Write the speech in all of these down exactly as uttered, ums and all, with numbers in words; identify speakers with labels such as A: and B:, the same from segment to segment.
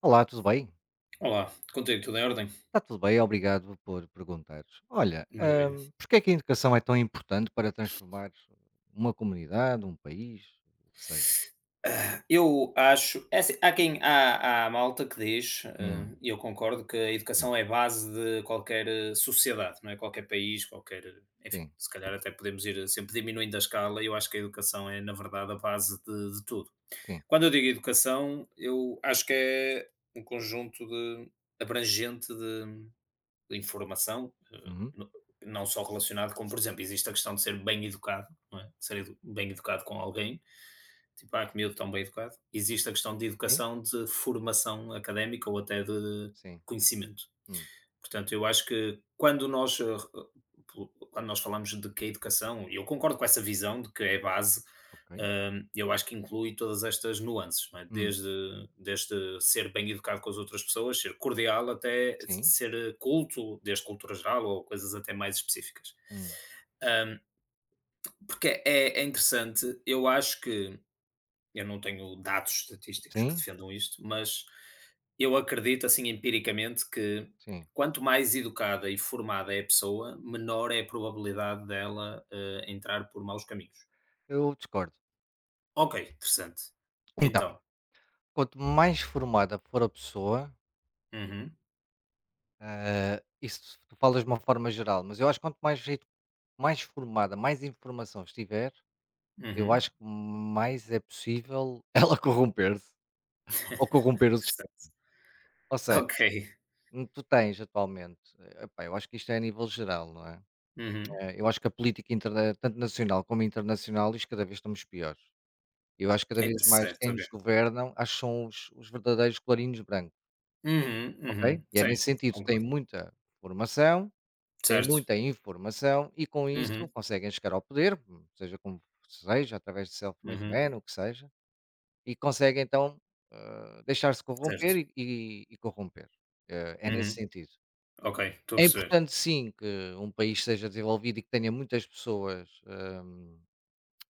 A: Olá, tudo bem?
B: Olá, contigo tudo em ordem?
A: Está tudo bem, obrigado por perguntares. Olha,
B: Maravilha.
A: hum, porque é que a educação é tão importante para transformar uma comunidade, um país, o que seja?
B: Eu acho, é assim, há quem, há, há malta que diz, eh,
A: Hum,
B: e eu concordo, que a
A: sim,
B: educação é a base de qualquer eh, sociedade, não é? Qualquer país, qualquer, eh, enfim,
A: sim,
B: se calhar até podemos ir sempre diminuindo a escala, e eu acho que a educação é, na verdade, a base de, de tudo.
A: sim.
B: Quando eu digo educação, eu acho que é um conjunto de, abrangente de, informação, eh,
A: Uhum,
B: não só relacionado com, por exemplo, existe a questão de ser bem educado, não é? De ser bem educado com alguém, tipo, ah, que miúdo tão bem educado. Existe a questão de
A: sim,
B: educação de formação académica ou até de
A: sim.
B: conhecimento.
A: Hum,
B: Portanto, eu acho que quando nós, eh, po- quando nós falamos de que a educação, e eu concordo com essa visão de que é base,
A: ok.
B: hum, eu acho que inclui todas estas nuances, não é?
A: Hum,
B: desde, desde ser bem educado com as outras pessoas, ser cordial, até
A: sim,
B: ser culto, desde cultura geral ou coisas até mais específicas.
A: hum,
B: Hum, porque é, é interessante, eu acho que eu não tenho dados estatísticos que
A: sim,
B: defendam isto, mas eu acredito, assim, empiricamente, que
A: sim.
B: quanto mais educada e formada é a pessoa, menor é a probabilidade dela eh, entrar por maus caminhos.
A: Eu discordo.
B: Ok, interessante.
A: Então,
B: Então,
A: quanto mais formada for a pessoa,
B: uhum,
A: ah, isso tu falas de uma forma geral, mas eu acho que quanto mais, edu- mais formada, mais informação estiver, eu
B: uhum.
A: acho que mais é possível ela corromper-se ou corromper o sistema.
B: interessante.
A: Ou seja,
B: Ok.
A: hum, tu tens atualmente, eh, epá, eu acho que isto é a nível geral, não é?
B: Uhum.
A: Eh, eu acho que a política interna tanto nacional como internacional, isto cada vez estamos piores. Eu acho que cada
B: É,
A: vez mais
B: certo,
A: quem
B: ok.
A: nos governam, acho que são os, os verdadeiros clarinhos brancos,
B: Uhum,
A: ok?
B: uhum.
A: E é
B: Sim,
A: nesse sentido, tem
B: concordo.
A: muita formação, tem
B: Certo.
A: muita informação e com isso
B: Uhum,
A: conseguem chegar ao poder, hum, seja como seja, através de self-made
B: uhum.
A: man, o que seja, e consegue então, hã, deixar-se corromper
B: Certo.
A: e e e corromper. Eh, é nesse
B: Uhum.
A: sentido.
B: Ok, estou a
A: É
B: perceber.
A: importante sim que um país seja desenvolvido e que tenha muitas pessoas, hum,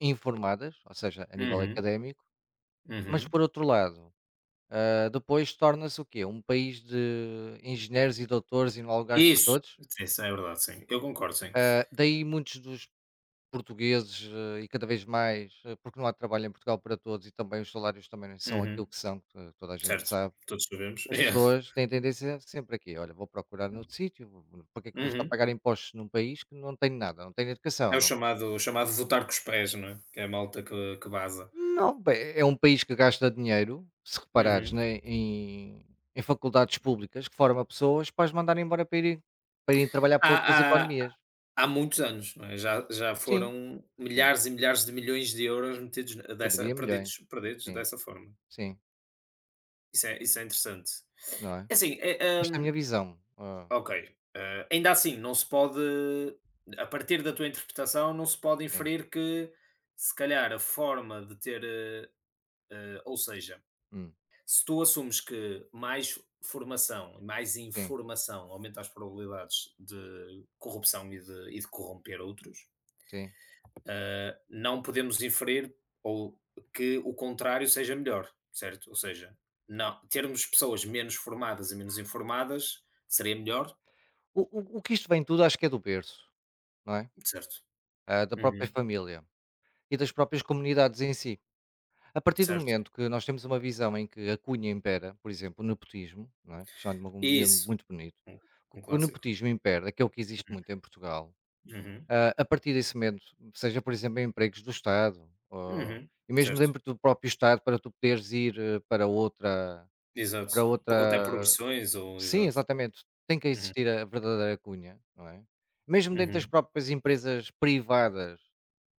A: informadas, ou seja, a nível
B: Uhum,
A: académico, mas
B: uhum.
A: por outro lado, hã, depois torna-se o quê? Um país de engenheiros e doutores e não há lugares para
B: Isso,
A: todos.
B: isso é verdade, sim. Eu concordo, sim.
A: Hã, daí muitos dos portugueses, eh, e cada vez mais, eh, porque não há trabalho em Portugal para todos e também os salários também não são aquilo
B: Uhum,
A: que são, que toda a gente
B: certo,
A: sabe.
B: todos sabemos.
A: As
B: Yeah.
A: pessoas têm tendência sempre aqui: "Olha, vou procurar noutro sítio, vou para que é que vou estar a
B: Uhum.
A: pagar impostos num país que não tem nada, não tem educação,
B: É o
A: não".
B: chamado o chamado votar com os pés, não é? Que é a malta que que vaza.
A: Não, bem, é é um país que gasta dinheiro, se reparares,
B: Uhum.
A: né, em em faculdades públicas que forma pessoas para as mandarem embora para irem para irem trabalhar para outras
B: Há há
A: economias.
B: há muitos anos, não é? Já já
A: Sim,
B: foram
A: sim,
B: milhares e milhares de milhões de euros metidos ne-
A: eu
B: dessa
A: diria milhões.
B: perdidos perdidos
A: Sim,
B: dessa forma.
A: sim,
B: Isso é isso é interessante.
A: não é?
B: É assim, eh,
A: Esta é a
B: hum
A: minha visão. Ah, ok.
B: Ok. Eh, ainda assim, não se pode, a partir da tua interpretação, não se pode
A: Sim,
B: inferir que, se calhar, a forma de ter, eh, eh, ou seja,
A: hum,
B: se tu assumes que mais formação e mais
A: sim,
B: informação aumenta as probabilidades de corrupção e de, e de corromper outros,
A: sim.
B: eh, não podemos inferir ou que o contrário seja melhor, certo? Ou seja, não, termos pessoas menos formadas e menos informadas seria melhor,
A: O o o que isto vem tudo acho que é do berço, não é?
B: certo?
A: Ah, da própria
B: Uhum.
A: família. E das próprias comunidades em si. A partir do
B: Certo.
A: momento que nós temos uma visão em que a cunha impera, por exemplo, o nepotismo, não é? Puxando um modelo
B: Isso.
A: muito bonito,
B: Um
A: que
B: um
A: que o
B: clássico.
A: nepotismo impera, que é o que existe muito em Portugal,
B: Uhum.
A: ah, a partir desse momento, seja por exemplo em empregos do Estado, ou-
B: Uhum.
A: e mesmo
B: Certo.
A: dentro do próprio Estado, para tu poderes ir eh, para outra.
B: Exato.
A: Para
B: Ou até
A: outra...
B: progressões ou
A: Sim,
B: exato.
A: exatamente. Tem que
B: Uhum.
A: existir a verdadeira cunha, não é? Mesmo dentro das
B: Uhum.
A: próprias empresas privadas,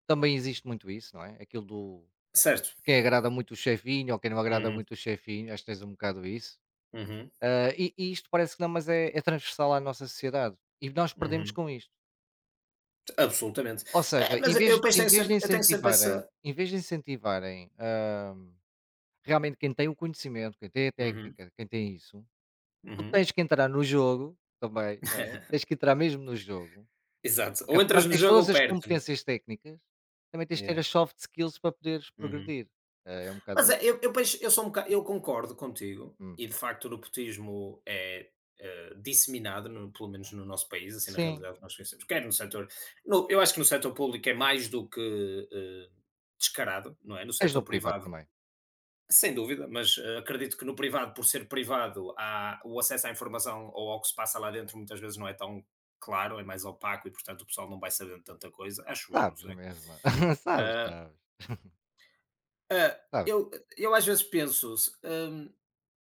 A: também existe muito isso, não é? Aquilo do
B: Certo.
A: quem agrada muito o chefinho ou quem não agrada
B: Uhum.
A: muito o chefinho, acho que tens um bocado isso.
B: Uhum.
A: Ah, e, e isto parece que não, mas é, é transversal à nossa sociedade. E nós perdemos
B: Uhum.
A: com isto.
B: Absolutamente.
A: Ou seja,
B: Eh,
A: em
B: mas eu
A: vez, de-
B: depois
A: em
B: tenho
A: vez de
B: sempre eu tenho sempre
A: incentivarem,
B: essa
A: em vez de incentivarem ah, realmente quem tem o conhecimento, quem tem a
B: Uhum.
A: técnica, quem tem isso, tu
B: Uhum.
A: tens que entrar no jogo também, não é? Tens que entrar mesmo no jogo.
B: Exato.
A: Porque
B: Ou
A: apesar
B: entras
A: de
B: no
A: teres
B: jogo
A: todas
B: ou
A: as
B: perdes, né.
A: competências técnicas, também tens de ter
B: Yeah.
A: as soft skills para poderes
B: Uhum.
A: progredir. Ah, é um bocado
B: Mas é,
A: isso.
B: eu, eu, penso- eu, sou um boca- eu concordo contigo,
A: Hum.
B: e de facto o nepotismo é eh, disseminado, no- pelo menos no nosso país, assim na
A: Sim,
B: realidade que nós conhecemos, quer no setor. no- eu acho que no setor público é mais do que eh, descarado, não é? No
A: tens no
B: setor
A: privado
B: privado,
A: também.
B: sem dúvida, mas eh, acredito que no privado, por ser privado, há, o acesso à informação ou ao que se passa lá dentro muitas vezes não é tão claro, é mais opaco e portanto o pessoal não vai sabendo tanta coisa, acho eu, não
A: Sabes na
B: sei.
A: mesma. Sabes,
B: Ah,
A: sabes,
B: ah,
A: sabes.
B: eu, eu às vezes penso.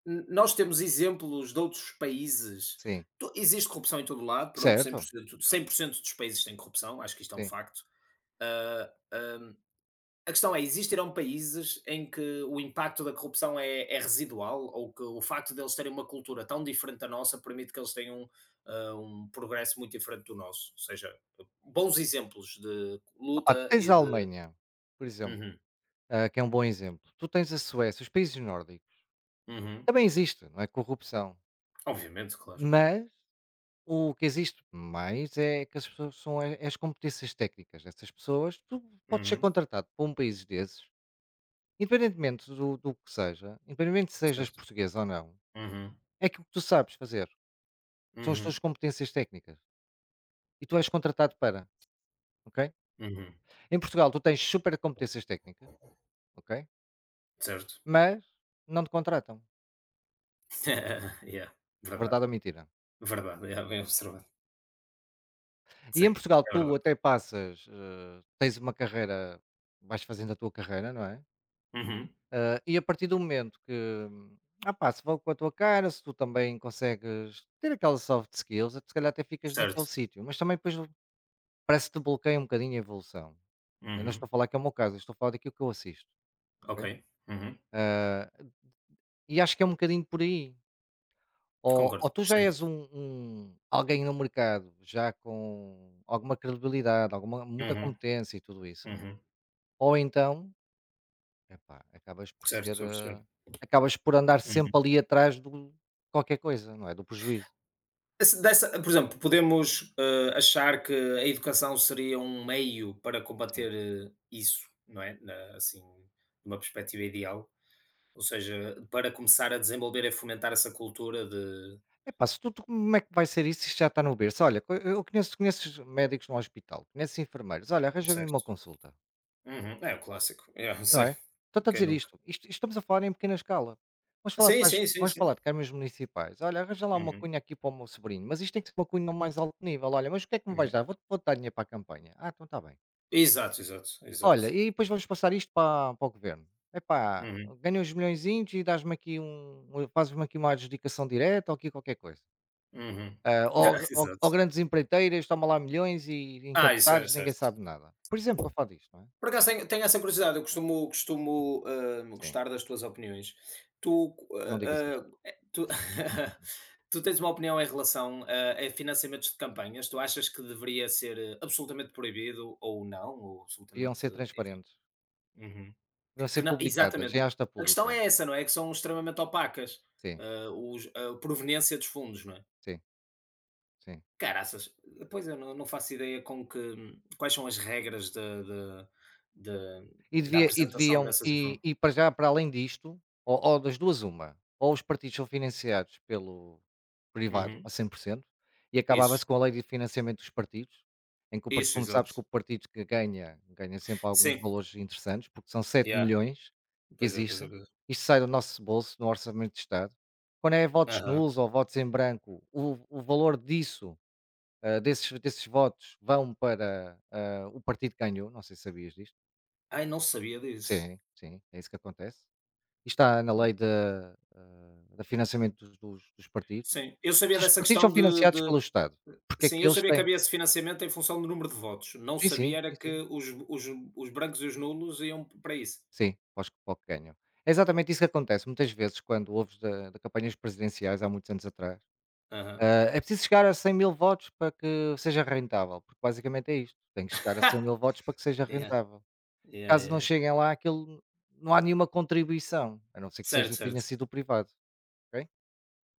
B: N- Nós temos exemplos de outros países.
A: Sim,
B: Tu- Existe corrupção em todo lado, pronto, cem por
A: certo,
B: cento cem por cento dos países têm corrupção, acho que isto é um
A: sim.
B: facto. Ah, ah, a questão é, existirão países em que o impacto da corrupção é, é residual ou que o facto deles terem uma cultura tão diferente da nossa permite que eles tenham ah, um progresso muito diferente do nosso? Ou seja, bons exemplos de
A: Opa, tu
B: luta
A: tens
B: e
A: a
B: de...
A: Alemanha, por exemplo,
B: Uhum,
A: ah, que é um bom exemplo. Tu tens a Suécia, os países nórdicos.
B: uhum.
A: Também existe, não é, corrupção,
B: Obviamente, claro.
A: mas o que existe mais é que as pessoas são é é as competências técnicas dessas pessoas. Tu podes ser
B: Uhum,
A: contratado por um país desses, independentemente do do que seja, independentemente se sejas
B: certo.
A: português ou não,
B: Uhum,
A: é aquilo que tu sabes fazer, são as tuas
B: uhum,
A: competências técnicas e tu és contratado para, ok?
B: uhum,
A: Em Portugal, tu tens super competências técnicas, ok?
B: certo.
A: Mas não te contratam.
B: Yeah, verdade,
A: Verdade ou mentira?
B: verdade, é bem observado.
A: E
B: Sim,
A: em Portugal,
B: é
A: tu
B: verdade.
A: até passas, eh, tens uma carreira, vais fazendo a tua carreira, não é?
B: Uhum,
A: Eh, e a partir do momento que, hum, ah pá, se vão com a tua cara, se tu também consegues ter aquelas soft skills, se calhar até ficas naquele
B: certo.
A: sítio. Mas também depois parece que te bloqueia um bocadinho a evolução. Eu não estou
B: Uhum,
A: a falar que é o meu caso, eu estou a falar daquilo que eu assisto, ok?
B: ok. Uhum,
A: E acho que é um bocadinho por aí. Ou ou
B: concordo,
A: tu já
B: sim.
A: és um um alguém no mercado, já com alguma credibilidade, alguma muita
B: Uhum,
A: competência e tudo isso,
B: uhum,
A: ou então, epá, acabas por
B: certo,
A: ser,
B: estou a
A: eh,
B: perceber.
A: acabas por andar
B: Uhum.
A: sempre ali atrás do qualquer coisa, não é, do prejuízo.
B: Esse- Dessa, por exemplo, podemos eh, achar que a educação seria um meio para
A: Sim.
B: combater eh, isso, não é? Na- assim, numa perspectiva ideal. Ou seja, para começar a desenvolver e fomentar essa cultura de.
A: Epá, se tu tu como é que vai ser isso, isto já está no berço? Olha, co eu conheço, conheces médicos no hospital, conheces enfermeiros, olha, arranja-me uma
B: Certo.
A: consulta.
B: Uhum, é o clássico. É,
A: Não
B: sim.
A: é? Estou-te a
B: Quem
A: dizer
B: nunca?
A: isto, isto isto estamos a falar em pequena escala. Vamos falar
B: Sim,
A: para as
B: sim, sim,
A: vamos
B: sim.
A: falar de câmaras municipais. "Olha, arranja lá uma
B: Uhum,
A: cunha aqui para o meu sobrinho, mas isto tem que ser uma cunha ao mais alto nível. Olha, mas o que é que me vais
B: uhum.
A: dar? Vou-te vou dar dinheiro para a campanha". "Ah, então está bem".
B: Exato, exato,
A: "Olha,
B: exato.
A: e depois vamos passar isto para para o governo. Epá,
B: Uhum,
A: ganha uns milhõezinhos e dás-me aqui um um- fazes-me aqui uma adjudicação direta ou aqui qualquer coisa.
B: uhum.
A: Ah, ou ou ou
B: Exato.
A: grandes empreiteiras, toma lá milhões e
B: Ah, isso é
A: encapotados, ninguém
B: certo.
A: sabe nada". Por exemplo, estou a falar disto, não é?
B: Por acaso tenho tenho essa curiosidade, eu costumo costumo, hã,
A: Sim,
B: gostar das tuas opiniões. Tu,
A: não
B: hã
A: digas isso.
B: hã, eh, tu tu tens uma opinião em relação a a financiamentos de campanhas? Tu achas que deveria ser eh, absolutamente proibido ou não, ou
A: Deviam
B: absolutamente
A: ser
B: eh, enfim.
A: transparentes.
B: Uhum.
A: Para
B: Que
A: ser
B: não
A: publicadas em
B: exatamente.
A: Asta
B: A
A: Pública.
B: questão é essa, não é, que são extremamente opacas,
A: Sim,
B: hã, os a proveniência dos fundos, não é?
A: sim, sim.
B: Caraças, depois eu não não faço ideia com que quais são as regras de de de
A: E
B: da
A: devia e
B: apresentação
A: deviam
B: dessas
A: e
B: informa
A: e para já, para além disto, ou ou das duas uma, ou os partidos são financiados pelo privado a
B: Uhum.
A: cem por cento e acabava-se
B: Isso,
A: com a lei de financiamento dos partidos, em que o parti
B: isso,
A: como sabes que
B: exato.
A: o partido que ganha, ganha sempre alguns
B: Sim,
A: valores interessantes, porque são sete
B: yeah.
A: milhões que
B: Pois é, pois é,
A: existem,
B: pois é.
A: isto sai do nosso bolso, no orçamento de Estado. Quando é votos
B: Aham.
A: nulos ou votos em branco, o o valor disso, ah, desses, desses votos vão para ah, o partido que ganhou, não sei se sabias disto.
B: Ai, não sabia disso.
A: Sim, sim, é isso que acontece. E está na lei de, ah, de financiamento dos, dos- dos partidos.
B: Sim, eu sabia
A: Os
B: dessa
A: partidos são
B: questão de
A: financiados pelo
B: de
A: Estado, porque é
B: sim,
A: que
B: eu
A: eles
B: sabia que
A: têm?
B: havia esse financiamento em função do número de votos, não
A: Sim, sim,
B: sabia era
A: sim,
B: que
A: sim.
B: os os os brancos e os nulos iam para isso.
A: Sim, pós que para que ganham. É exatamente isso que acontece. Muitas vezes, quando ouves de, de campanhas presidenciais, há muitos anos atrás, ah,
B: Aham.
A: é preciso chegar a cem mil votos para que seja rentável, porque basicamente é isto. Tem que chegar a cem mil votos para que seja
B: Yeah, yeah,
A: rentável.
B: yeah.
A: Caso não
B: yeah.
A: cheguem lá, aquilo não há nenhuma contribuição, a não ser que
B: Certo,
A: seja tenha
B: certo.
A: sido privado, ok?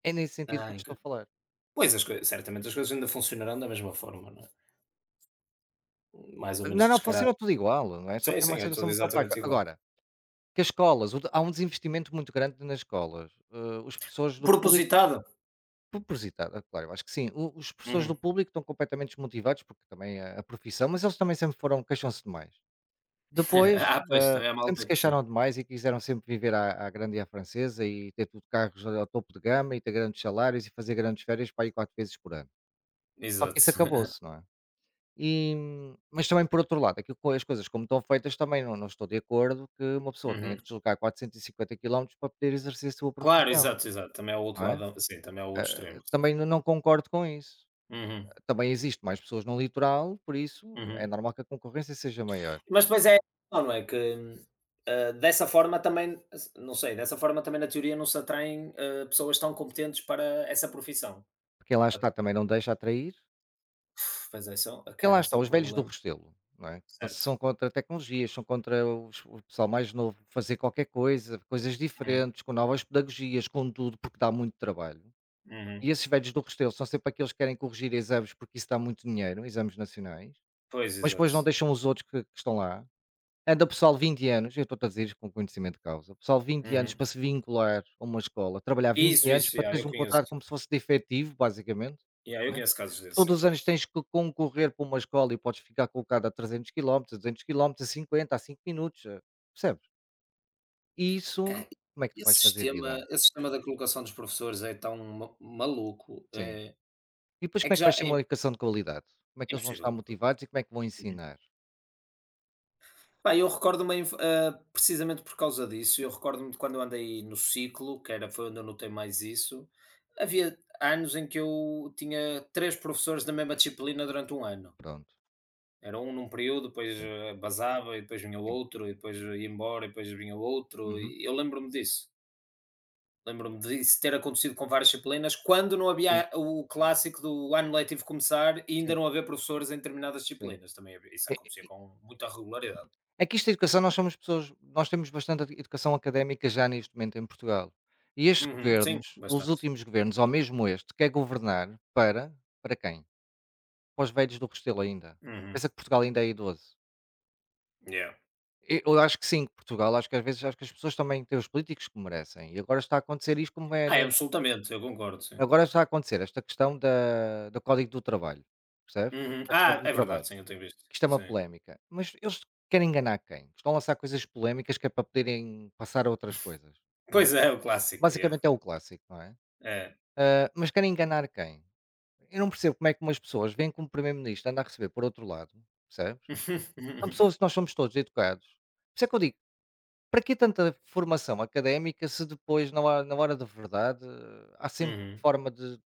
A: É nesse sentido que
B: Ah,
A: eu te estou a falar.
B: Pois, as coi certamente as coisas ainda funcionarão da mesma forma, não é? Mais ou
A: Não,
B: menos
A: não,
B: descarado.
A: funciona tudo igual, não é? Só
B: Sim,
A: que é
B: sim,
A: uma
B: é
A: situação
B: tudo
A: muito opaca.
B: exatamente igual.
A: Agora, que as escolas, o de há um desinvestimento muito grande nas escolas. Eh, os professores do público,
B: Propositado.
A: propositado, é claro, eu acho que sim. O Os professores do
B: Uhum.
A: público estão completamente desmotivados, porque também é a profissão, mas eles também sempre foram queixam-se demais. Depois,
B: Ah, pois,
A: hã,
B: também há
A: sempre se
B: malta que sim.
A: queixaram demais e quiseram sempre viver à à grande e à francesa e ter tudo carros ao topo de gama e ter grandes salários e fazer grandes férias para aí quatro vezes por ano. Só que isso
B: Exato.
A: acabou-se, não é? E, mas também por outro lado, aquilo co as coisas como estão feitas também não não estou de acordo que uma pessoa tenha que
B: Uhum.
A: deslocar quatrocentos e cinquenta quilómetros para poder exercer a sua
B: Claro,
A: profissão,
B: exato, exato. Também é o outro
A: não
B: lado
A: é?
B: da- sim, também é o outro
A: Ah,
B: extremo, sim.
A: também não não concordo com isso.
B: Uhum,
A: Também existe mais pessoas no litoral, por isso é
B: uhum.
A: normal que a concorrência seja maior.
B: Mas depois é não não é, que, hã, dessa forma também não sei, dessa forma também na teoria não se atraem, hã, pessoas tão competentes para essa profissão.
A: Porque lá
B: A
A: está, também não deixa atrair.
B: pois é, isso é um ah,
A: E lá
B: cara, isso
A: está,
B: é um
A: os velhos do
B: problema.
A: Restelo, não é? Então,
B: Certo.
A: são contra tecnologias, são contra os- o pessoal mais novo fazer qualquer coisa, coisas
B: Uhum,
A: diferentes, com novas pedagogias, com tudo, porque dá muito trabalho.
B: uhum.
A: E esses velhos do Restelo são sempre aqueles que querem corrigir exames porque isso dá muito dinheiro, exames nacionais,
B: Pois,
A: mas depois não
B: exato.
A: deixam os outros que, que estão lá. Anda o pessoal vinte anos, eu estou-te a dizer isto com conhecimento de causa, o pessoal vinte anos
B: Uhum.
A: para se vincular a uma escola, trabalhar vinte
B: Isso,
A: anos
B: isso,
A: para
B: yeah,
A: teres
B: eu
A: um
B: conheço.
A: contrato como se fosse de efetivo, basicamente,
B: Yeah, eu
A: é?
B: conheço casos desse.
A: Todos
B: Yeah.
A: os anos tens que concorrer para uma escola e podes ficar colocado a trezentos quilómetros, duzentos quilómetros, a cinquenta, a cinco minutos, eh, percebes? E isso,
B: Cara,
A: como é que tu
B: esse
A: vais fazer
B: sistema,
A: vida?
B: esse sistema da colocação dos professores é tão ma- maluco.
A: Sim.
B: É,
A: E depois
B: é
A: como é
B: que
A: que
B: já
A: vais ter
B: é
A: uma educação de qualidade? Como é que eles vão estar
B: impossível.
A: motivados e como é que vão
B: Uhum.
A: ensinar?
B: Pá, eu recordo-me em- ah, precisamente por causa disso. Eu recordo-me de quando eu andei no ciclo, que era, foi onde eu notei mais isso. Havia anos em que eu tinha três professores da mesma disciplina durante um ano.
A: Pronto.
B: Era um num período, depois
A: Sim,
B: eh, basava, e depois vinha
A: sim.
B: outro, e depois ia embora, e depois vinha outro.
A: Uhum.
B: E eu lembro-me disso. Lembro-me disso ter acontecido com várias disciplinas, quando não
A: Sim,
B: havia o clássico do ano letivo começar e ainda
A: sim,
B: não haver professores em determinadas
A: sim.
B: disciplinas. Também havia- isso
A: É
B: acontecia
A: é
B: com muita regularidade.
A: é que isto da educação nós somos pessoas nós temos bastante ed educação académica já neste momento em Portugal. E estes
B: Uhum, sim,
A: governos, os
B: bastante.
A: últimos governos, ou mesmo este, quer governar para para quem? Para os velhos do Restelo ainda.
B: Uhum,
A: Pensa que Portugal ainda é idoso.
B: yeah.
A: E eu acho que sim, que Portugal, acho que às vezes acho que as pessoas também têm os políticos que merecem. E agora está a acontecer isto como é
B: Ah, é,
A: na
B: absolutamente, eu concordo, sim.
A: agora está a acontecer esta questão da do Código do Trabalho, percebes?
B: Uhum.
A: A questão
B: Ah,
A: do
B: é verdade,
A: trabalho,
B: sim, eu tenho visto.
A: que isto é uma
B: Sim.
A: polémica. Mas eles querem enganar quem? Estão a lançar coisas polémicas que é para poderem passar a outras coisas, não é?
B: Pois é, o clássico, yeah.
A: Basicamente é o clássico, não é?
B: É.
A: Ah, mas querem enganar quem? Eu não percebo como é que umas pessoas veem que um primeiro-ministro anda a receber por outro lado, percebes? São pessoas que nós somos todos educados. Por isso é que eu digo, para que tanta formação académica se depois, na hora, na hora da verdade, há sempre
B: Uhum,
A: forma de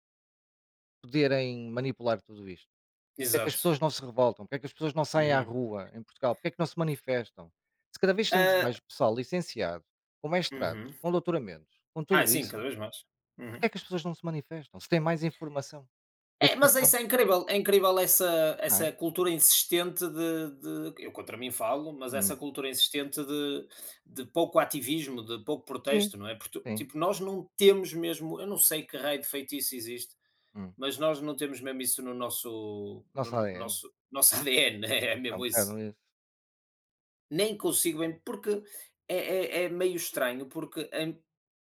A: poderem manipular tudo isto? E porque é que as
B: exato.
A: pessoas não se revoltam? Porque é que as pessoas não saem à
B: Uhum.
A: rua em Portugal? Porque é que não se manifestam? Se cada vez temos
B: Ah,
A: mais pessoal licenciado, com mestrados,
B: uhum.
A: com doutoramentos, com
B: Ah,
A: tudo
B: sim, cada
A: isso,
B: vez mais.
A: porque
B: Uhum.
A: é que as pessoas não se manifestam? Se têm mais informação,
B: É, mas
A: educação,
B: isso é incrível, é incrível essa,
A: não
B: essa
A: é?
B: cultura insistente de, de- Eu contra mim falo, mas essa
A: Hum.
B: cultura insistente de, de pouco ativismo, de pouco
A: Sim,
B: protesto, não é? Porque,
A: sim.
B: tipo, nós não temos mesmo. Eu não sei que raio de feitiço existe,
A: Hum.
B: mas nós não temos mesmo isso no nosso,
A: Nossa
B: no
A: A D N
B: nosso, nosso A D N, é
A: é um
B: mesmo
A: bocado
B: isso.
A: isso.
B: Nem consigo bem, porque é, é, é meio estranho, porque em,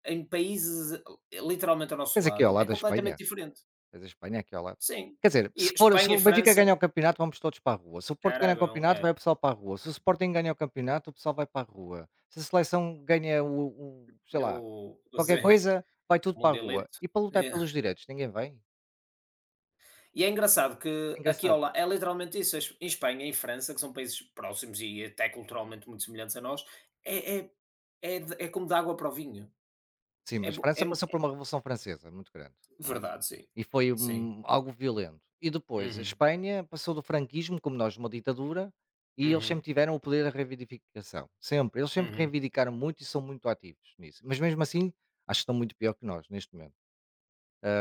B: em países eh, literalmente ao nosso
A: Tens aqui ao
B: lado é
A: lado da
B: completamente
A: Espanha.
B: diferente.
A: Mas a Espanha é aqui ao lado.
B: Sim.
A: Quer dizer,
B: E
A: se for se
B: Espanha e
A: o Benfica
B: França
A: ganhar o campeonato, vamos todos para a rua. Se o Porto ganhar o
B: Caragol,
A: campeonato, vai
B: é.
A: o pessoal para a rua. Se o Sporting ganhar o campeonato, o pessoal vai para a rua. Se a seleção ganha o o sei lá,
B: O o
A: qualquer
B: Zé
A: coisa, vai tudo para a rua.
B: Mundialito.
A: E para lutar
B: É.
A: pelos direitos, ninguém vai?
B: E é engraçado
A: É
B: que aqui ao
A: engraçado.
B: la é literalmente isso, es em Espanha, em França, que são países próximos e até culturalmente muito semelhantes a nós, é é é de é como de água para o vinho.
A: Sim,
B: É
A: mas
B: bo
A: França
B: é mu
A: passou por uma revolução francesa muito grande, não é?
B: verdade, sim.
A: E foi
B: Sim.
A: um algo violento. E depois, a
B: Uhum,
A: Espanha passou do franquismo, como nós, uma ditadura, e eles sempre
B: uhum,
A: tiveram o poder da reivindicação. Sempre. Eles sempre
B: uhum,
A: reivindicaram muito e são muito ativos nisso. Mas mesmo assim, acho que estão muito pior que nós, neste momento.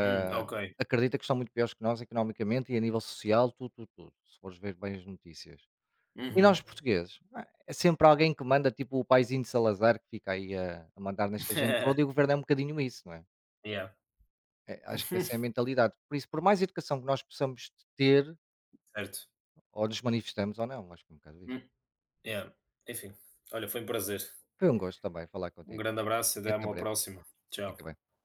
B: hum, ok.
A: acredita que estão muito piores que nós, economicamente e a nível social, tudo, tudo, tudo. Se fores ver bem as notícias. E nós,
B: Uhum.
A: portugueses, ah, é sempre alguém que manda, tipo o paizinho de Salazar, que fica aí a, a mandar nesta gente toda, e o governo é um bocadinho isso, não é?
B: Yeah.
A: É, acho que essa é a mentalidade. Por isso, por mais educação que nós possamos ter,
B: Certo.
A: ou nos manifestamos ou não, acho que é um bocado isso.
B: Hum, yeah. Enfim, olha, foi um prazer.
A: Foi um gosto também falar
B: Um
A: contigo.
B: grande abraço e
A: E
B: até à
A: até
B: uma
A: breve.
B: próxima. Tchau.
A: Fica bem.